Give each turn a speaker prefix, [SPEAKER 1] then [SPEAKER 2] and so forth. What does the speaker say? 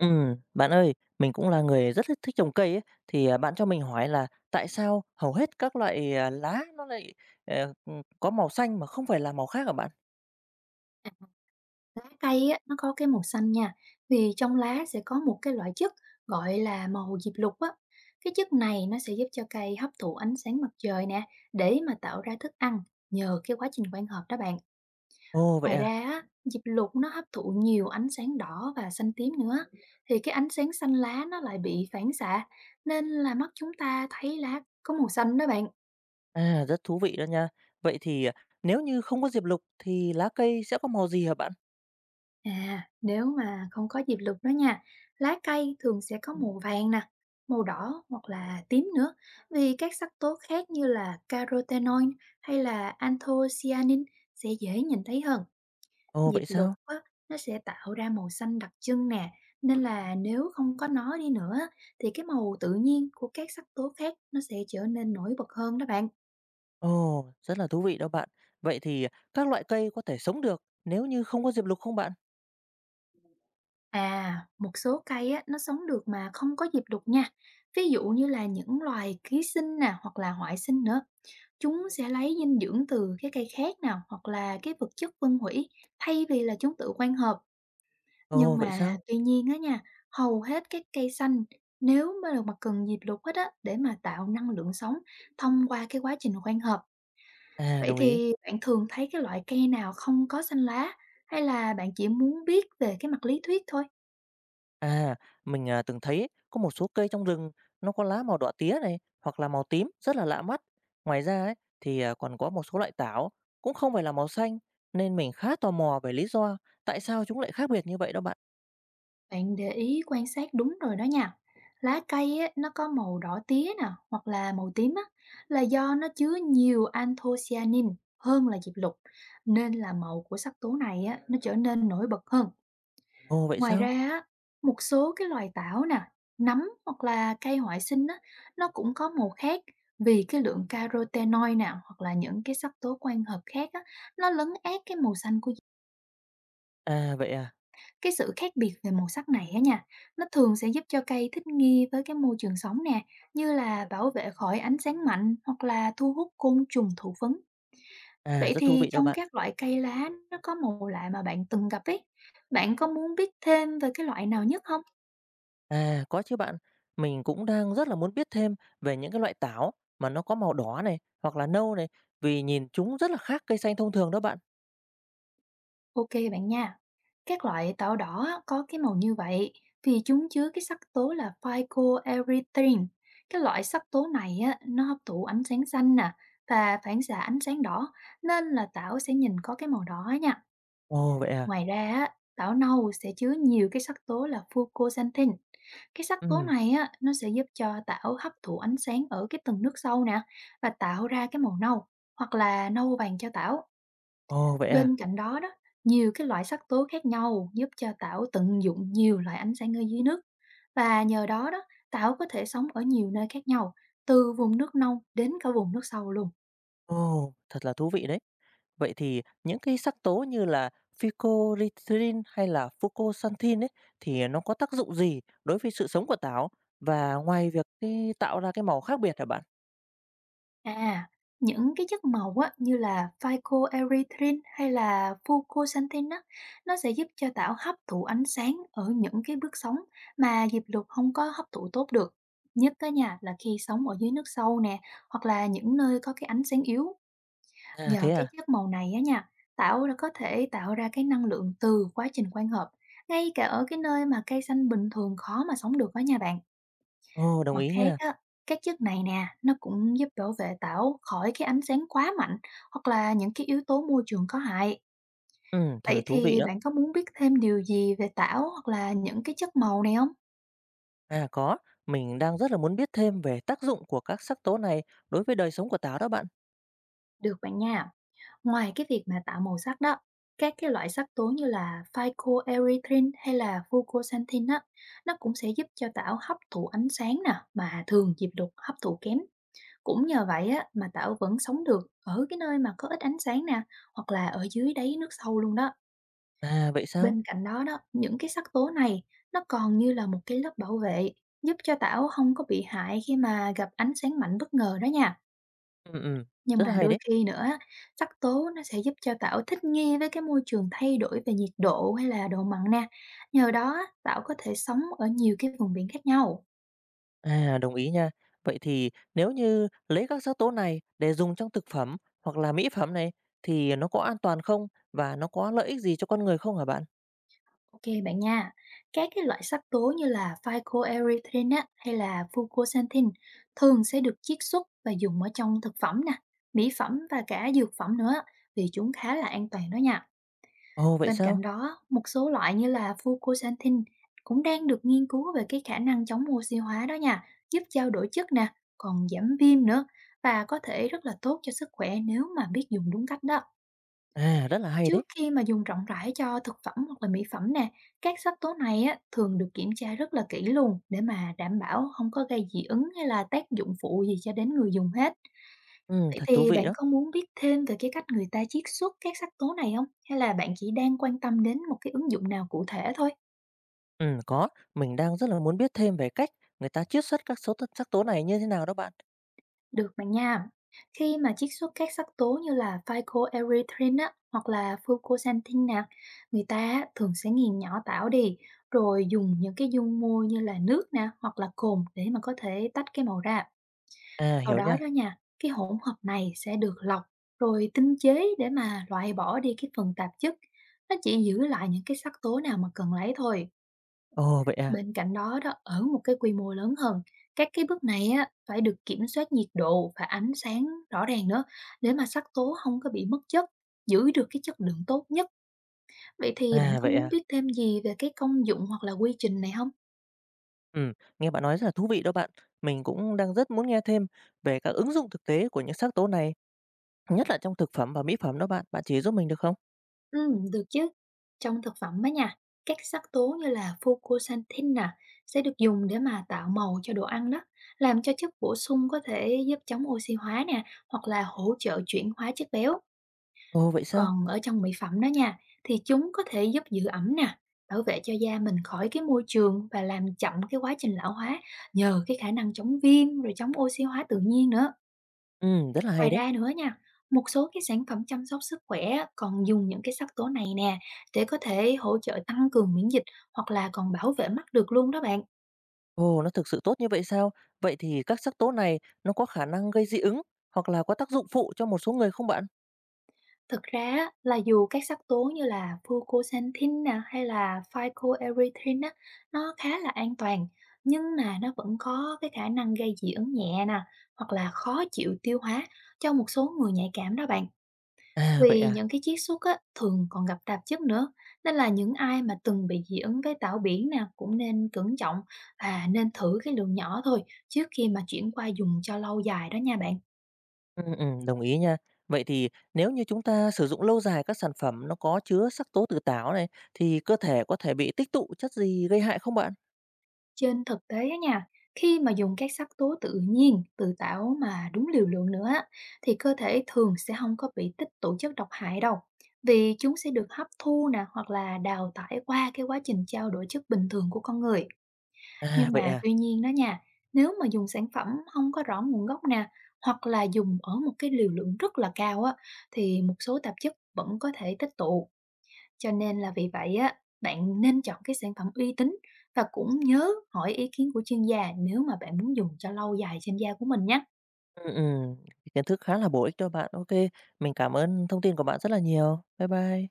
[SPEAKER 1] Bạn ơi, mình cũng là người rất thích thích trồng cây ấy, bạn cho mình hỏi là tại sao hầu hết các loại, lá nó lại, có màu xanh mà không phải là màu khác hả bạn?
[SPEAKER 2] À, lá cây á, nó có cái màu xanh nha, vì trong lá sẽ có một cái loại chất gọi là màu diệp lục á. Cái chất này nó sẽ giúp cho cây hấp thụ ánh sáng mặt trời nè, để mà tạo ra thức ăn nhờ cái quá trình quang hợp đó bạn.
[SPEAKER 1] Ồ, vậy
[SPEAKER 2] Ngoài
[SPEAKER 1] à?
[SPEAKER 2] ra á, diệp lục nó hấp thụ nhiều ánh sáng đỏ và xanh tím nữa, thì cái ánh sáng xanh lá nó lại bị phản xạ, nên là mắt chúng ta thấy lá có màu xanh đó bạn.
[SPEAKER 1] À, rất thú vị đó nha. Vậy thì, nếu như không có diệp lục thì lá cây sẽ có màu gì hả bạn?
[SPEAKER 2] À, nếu mà không có diệp lục đó nha, lá cây thường sẽ có màu vàng nè, màu đỏ hoặc là tím nữa, vì các sắc tố khác như là carotenoid hay là anthocyanin sẽ dễ nhìn thấy hơn.
[SPEAKER 1] Ồ,
[SPEAKER 2] Diệp
[SPEAKER 1] vậy
[SPEAKER 2] lục
[SPEAKER 1] sao?
[SPEAKER 2] á, nó sẽ tạo ra màu xanh đặc trưng nè, nên là nếu không có nó đi nữa thì cái màu tự nhiên của các sắc tố khác nó sẽ trở nên nổi bật hơn đó bạn.
[SPEAKER 1] Ồ, rất là thú vị đó bạn. Vậy thì các loại cây có thể sống được nếu như không có diệp lục không bạn?
[SPEAKER 2] À, một số cây á, nó sống được mà không có diệp đục nha. Ví dụ như là những loài ký sinh nè hoặc là hoại sinh nữa. Chúng sẽ lấy dinh dưỡng từ cái cây khác nào hoặc là cái vật chất phân hủy thay vì là chúng tự quang hợp.
[SPEAKER 1] Ồ,
[SPEAKER 2] Nhưng
[SPEAKER 1] vậy sao?
[SPEAKER 2] mà tuy nhiên á nha, hầu hết các cây xanh nếu mà được mà cần diệp lục hết á để mà tạo năng lượng sống thông qua cái quá trình quang hợp.
[SPEAKER 1] À,
[SPEAKER 2] Vậy
[SPEAKER 1] đồng ý.
[SPEAKER 2] thì bạn thường thấy cái loại cây nào không có xanh lá, hay là bạn chỉ muốn biết về cái mặt lý thuyết thôi?
[SPEAKER 1] À, mình từng thấy có một số cây trong rừng nó có lá màu đỏ tía này hoặc là màu tím rất là lạ mắt. Ngoài ra ấy, còn có một số loại táo cũng không phải là màu xanh nên mình khá tò mò về lý do tại sao chúng lại khác biệt như vậy đó bạn.
[SPEAKER 2] Bạn để ý quan sát đúng rồi đó nha. Lá cây á, nó có màu đỏ tía nè hoặc là màu tím á, là do nó chứa nhiều anthocyanin hơn là diệp lục, nên là màu của sắc tố này á, nó trở nên nổi bật hơn.
[SPEAKER 1] Ồ vậy
[SPEAKER 2] Ngoài ra
[SPEAKER 1] sao?
[SPEAKER 2] á, một số cái loài tảo nè, nấm hoặc là cây hoại sinh á, nó cũng có màu khác vì cái lượng carotenoid nè hoặc là những cái sắc tố quang hợp khác á, nó lấn át cái màu xanh của.
[SPEAKER 1] À vậy à.
[SPEAKER 2] Cái sự khác biệt về màu sắc này á nha, nó thường sẽ giúp cho cây thích nghi với cái môi trường sống nè, như là bảo vệ khỏi ánh sáng mạnh hoặc là thu hút côn trùng thụ phấn.
[SPEAKER 1] À
[SPEAKER 2] Vậy
[SPEAKER 1] rất thú
[SPEAKER 2] thì
[SPEAKER 1] vị đó
[SPEAKER 2] trong
[SPEAKER 1] bạn.
[SPEAKER 2] các loại cây lá nó có màu lạ mà bạn từng gặp ấy, bạn có muốn biết thêm về cái loại nào nhất không?
[SPEAKER 1] À có chứ bạn. Mình cũng đang rất là muốn biết thêm về những cái loại táo mà nó có màu đỏ này hoặc là nâu này vì nhìn chúng rất là khác cây xanh thông thường đó bạn.
[SPEAKER 2] Ok bạn nha. Các loại táo đỏ á, có cái màu như vậy vì chúng chứa cái sắc tố là phycoerythrin. Cái loại sắc tố này á, nó hấp thụ ánh sáng xanh nè và phản xạ ánh sáng đỏ, nên là táo sẽ nhìn có cái màu đỏ nha.
[SPEAKER 1] Ồ vậy à.
[SPEAKER 2] Ngoài ra á, táo nâu sẽ chứa nhiều cái sắc tố là fucosanthin. Cái sắc tố
[SPEAKER 1] Ừ.
[SPEAKER 2] này á, nó sẽ giúp cho tảo hấp thụ ánh sáng ở cái tầng nước sâu nè và tạo ra cái màu nâu hoặc là nâu vàng cho tảo.
[SPEAKER 1] Ồ vậy à.
[SPEAKER 2] Bên cạnh đó đó, nhiều cái loại sắc tố khác nhau giúp cho tảo tận dụng nhiều loại ánh sáng ở dưới nước, và nhờ đó đó tảo có thể sống ở nhiều nơi khác nhau, từ vùng nước nông đến cả vùng nước sâu luôn.
[SPEAKER 1] Ồ thật là thú vị đấy. Vậy thì những cái sắc tố như là phycoerythrin hay là fucoxanthin ấy thì nó có tác dụng gì đối với sự sống của táo và ngoài việc cái tạo ra cái màu khác biệt hả bạn?
[SPEAKER 2] À, những cái chất màu á, như là phycoerythrin hay là fucosanthin á, nó sẽ giúp cho tảo hấp thụ ánh sáng ở những cái bước sóng mà diệp lục không có hấp thụ tốt được. Nhất cái nhà là khi sống ở dưới nước sâu nè, hoặc là những nơi có cái ánh sáng yếu.
[SPEAKER 1] À thế
[SPEAKER 2] Nhờ cái
[SPEAKER 1] à?
[SPEAKER 2] chất màu này á nha, tạo ra có thể tạo ra cái năng lượng từ quá trình quang hợp, ngay cả ở cái nơi mà cây xanh bình thường khó mà sống được đó nha bạn.
[SPEAKER 1] Ồ đồng
[SPEAKER 2] Mặt
[SPEAKER 1] ý
[SPEAKER 2] khác
[SPEAKER 1] nha.
[SPEAKER 2] á, các chất này nè, nó cũng giúp bảo vệ tảo khỏi cái ánh sáng quá mạnh, hoặc là những cái yếu tố môi trường có hại.
[SPEAKER 1] Ừ, thật là
[SPEAKER 2] Vậy
[SPEAKER 1] thú vị
[SPEAKER 2] thì
[SPEAKER 1] đó.
[SPEAKER 2] bạn có muốn biết thêm điều gì về tảo hoặc là những cái chất màu này không?
[SPEAKER 1] À có, mình đang rất là muốn biết thêm về tác dụng của các sắc tố này đối với đời sống của táo đó bạn.
[SPEAKER 2] Được bạn nha. Ngoài cái việc mà tạo màu sắc đó, các cái loại sắc tố như là phycoerythrin hay là fucosanthin á, nó cũng sẽ giúp cho tảo hấp thụ ánh sáng nè, mà thường diệp đục hấp thụ kém. Cũng nhờ vậy á, mà tảo vẫn sống được ở cái nơi mà có ít ánh sáng nè, hoặc là ở dưới đáy nước sâu luôn đó.
[SPEAKER 1] À vậy sao?
[SPEAKER 2] Bên cạnh đó đó, những cái sắc tố này nó còn như là một cái lớp bảo vệ, giúp cho tảo không có bị hại khi mà gặp ánh sáng mạnh bất ngờ đó nha.
[SPEAKER 1] Ừ ừ,
[SPEAKER 2] Nhưng
[SPEAKER 1] rất là
[SPEAKER 2] mà
[SPEAKER 1] hay
[SPEAKER 2] đôi
[SPEAKER 1] đấy.
[SPEAKER 2] khi nữa á, sắc tố nó sẽ giúp cho tảo thích nghi với cái môi trường thay đổi về nhiệt độ hay là độ mặn nè. Nhờ đó á, tảo có thể sống ở nhiều cái vùng biển khác nhau.
[SPEAKER 1] À, đồng ý nha. Vậy thì nếu như lấy các sắc tố này để dùng trong thực phẩm hoặc là mỹ phẩm này thì nó có an toàn không và nó có lợi ích gì cho con người không hả bạn?
[SPEAKER 2] Ok bạn nha. Các cái loại sắc tố như là phycoerythrin á, hay là fucoxanthin thường sẽ được chiết xuất và dùng ở trong thực phẩm nè, mỹ phẩm và cả dược phẩm nữa, vì chúng khá là an toàn đó nha.
[SPEAKER 1] Ồ vậy
[SPEAKER 2] Bên
[SPEAKER 1] sao?
[SPEAKER 2] cạnh đó, một số loại như là fucoxanthin cũng đang được nghiên cứu về cái khả năng chống oxy hóa đó nha, giúp trao đổi chất nè, còn giảm viêm nữa, và có thể rất là tốt cho sức khỏe nếu mà biết dùng đúng cách đó.
[SPEAKER 1] À rất là hay đấy.
[SPEAKER 2] Trước khi mà dùng rộng rãi cho thực phẩm hoặc là mỹ phẩm nè, các sắc tố này á, thường được kiểm tra rất là kỹ luôn để mà đảm bảo không có gây dị ứng hay là tác dụng phụ gì cho đến người dùng hết.
[SPEAKER 1] Ừ,
[SPEAKER 2] Vậy
[SPEAKER 1] thật thú
[SPEAKER 2] thì
[SPEAKER 1] vị
[SPEAKER 2] bạn
[SPEAKER 1] đó.
[SPEAKER 2] có muốn biết thêm về cái cách người ta chiết xuất các sắc tố này không? Hay là bạn chỉ đang quan tâm đến một cái ứng dụng nào cụ thể thôi?
[SPEAKER 1] Ừ có, mình đang rất là muốn biết thêm về cách người ta chiết xuất các sắc tố này như thế nào đó bạn.
[SPEAKER 2] Được bạn nha. Khi mà chiết xuất các sắc tố như là phycoerythrin á, hoặc là fucoxanthin nè, người ta á, thường sẽ nghiền nhỏ tảo đi, rồi dùng những cái dung môi như là nước nè hoặc là cồn để mà có thể tách cái màu ra.
[SPEAKER 1] À
[SPEAKER 2] Sau
[SPEAKER 1] hiểu
[SPEAKER 2] đó đó
[SPEAKER 1] nha.
[SPEAKER 2] nha, cái hỗn hợp này sẽ được lọc rồi tinh chế để mà loại bỏ đi cái phần tạp chất. Nó chỉ giữ lại những cái sắc tố nào mà cần lấy thôi.
[SPEAKER 1] Ồ vậy à.
[SPEAKER 2] Bên cạnh đó đó, ở một cái quy mô lớn hơn, các cái bước này á phải được kiểm soát nhiệt độ và ánh sáng rõ ràng nữa, để mà sắc tố không có bị mất chất, giữ được cái chất lượng tốt nhất. Vậy thì bạn
[SPEAKER 1] À
[SPEAKER 2] có
[SPEAKER 1] vậy
[SPEAKER 2] muốn
[SPEAKER 1] à.
[SPEAKER 2] biết thêm gì về cái công dụng hoặc là quy trình này không?
[SPEAKER 1] Ừ, nghe bạn nói rất là thú vị đó bạn. Mình cũng đang rất muốn nghe thêm về các ứng dụng thực tế của những sắc tố này, nhất là trong thực phẩm và mỹ phẩm đó bạn. Bạn chỉ giúp mình được không?
[SPEAKER 2] Được chứ. Trong thực phẩm á nha, các sắc tố như là fucosanthin nè sẽ được dùng để mà tạo màu cho đồ ăn đó, làm cho chất bổ sung có thể giúp chống oxy hóa nè, hoặc là hỗ trợ chuyển hóa chất béo.
[SPEAKER 1] Ồ, vậy sao?
[SPEAKER 2] Còn ở trong mỹ phẩm đó nha, thì chúng có thể giúp giữ ẩm nè, bảo vệ cho da mình khỏi cái môi trường và làm chậm cái quá trình lão hóa nhờ cái khả năng chống viêm rồi chống oxy hóa tự nhiên nữa.
[SPEAKER 1] Rất là
[SPEAKER 2] Ngoài
[SPEAKER 1] hay đấy.
[SPEAKER 2] ra nữa nha, một số cái sản phẩm chăm sóc sức khỏe á, còn dùng những cái sắc tố này nè để có thể hỗ trợ tăng cường miễn dịch, hoặc là còn bảo vệ mắt được luôn đó bạn.
[SPEAKER 1] Ồ, nó thực sự tốt như vậy sao? Vậy thì các sắc tố này nó có khả năng gây dị ứng hoặc là có tác dụng phụ cho một số người không bạn?
[SPEAKER 2] Thực ra á, là dù các sắc tố như là fucosanthin nè hay là phycoerythrin á, nó khá là an toàn, nhưng mà nó vẫn có cái khả năng gây dị ứng nhẹ nè, hoặc là khó chịu tiêu hóa cho một số người nhạy cảm đó bạn.
[SPEAKER 1] À, vậy
[SPEAKER 2] Vì
[SPEAKER 1] à?
[SPEAKER 2] những cái chiết xuất á, thường còn gặp tạp chất nữa, nên là những ai mà từng bị dị ứng với tảo biển nè cũng nên cẩn trọng và nên thử cái lượng nhỏ thôi trước khi mà chuyển qua dùng cho lâu dài đó nha bạn.
[SPEAKER 1] Ừ, ừ, đồng ý nha. Vậy thì nếu như chúng ta sử dụng lâu dài các sản phẩm nó có chứa sắc tố từ táo này thì cơ thể có thể bị tích tụ chất gì gây hại không bạn?
[SPEAKER 2] Trên thực tế á nha, khi mà dùng các sắc tố tự nhiên, tự tạo mà đúng liều lượng nữa á, thì cơ thể thường sẽ không có bị tích tụ chất độc hại đâu. Vì chúng sẽ được hấp thu nè hoặc là đào thải qua cái quá trình trao đổi chất bình thường của con người.
[SPEAKER 1] À,
[SPEAKER 2] Nhưng
[SPEAKER 1] vậy
[SPEAKER 2] mà
[SPEAKER 1] à?
[SPEAKER 2] tuy nhiên đó nha, nếu mà dùng sản phẩm không có rõ nguồn gốc nè hoặc là dùng ở một cái liều lượng rất là cao á, thì một số tạp chất vẫn có thể tích tụ, cho nên là vì vậy á, bạn nên chọn cái sản phẩm uy tín và cũng nhớ hỏi ý kiến của chuyên gia nếu mà bạn muốn dùng cho lâu dài trên da của mình nhé.
[SPEAKER 1] Ừ, ừ, kiến thức khá là bổ ích cho bạn. Ok, mình cảm ơn thông tin của bạn rất là nhiều. Bye bye.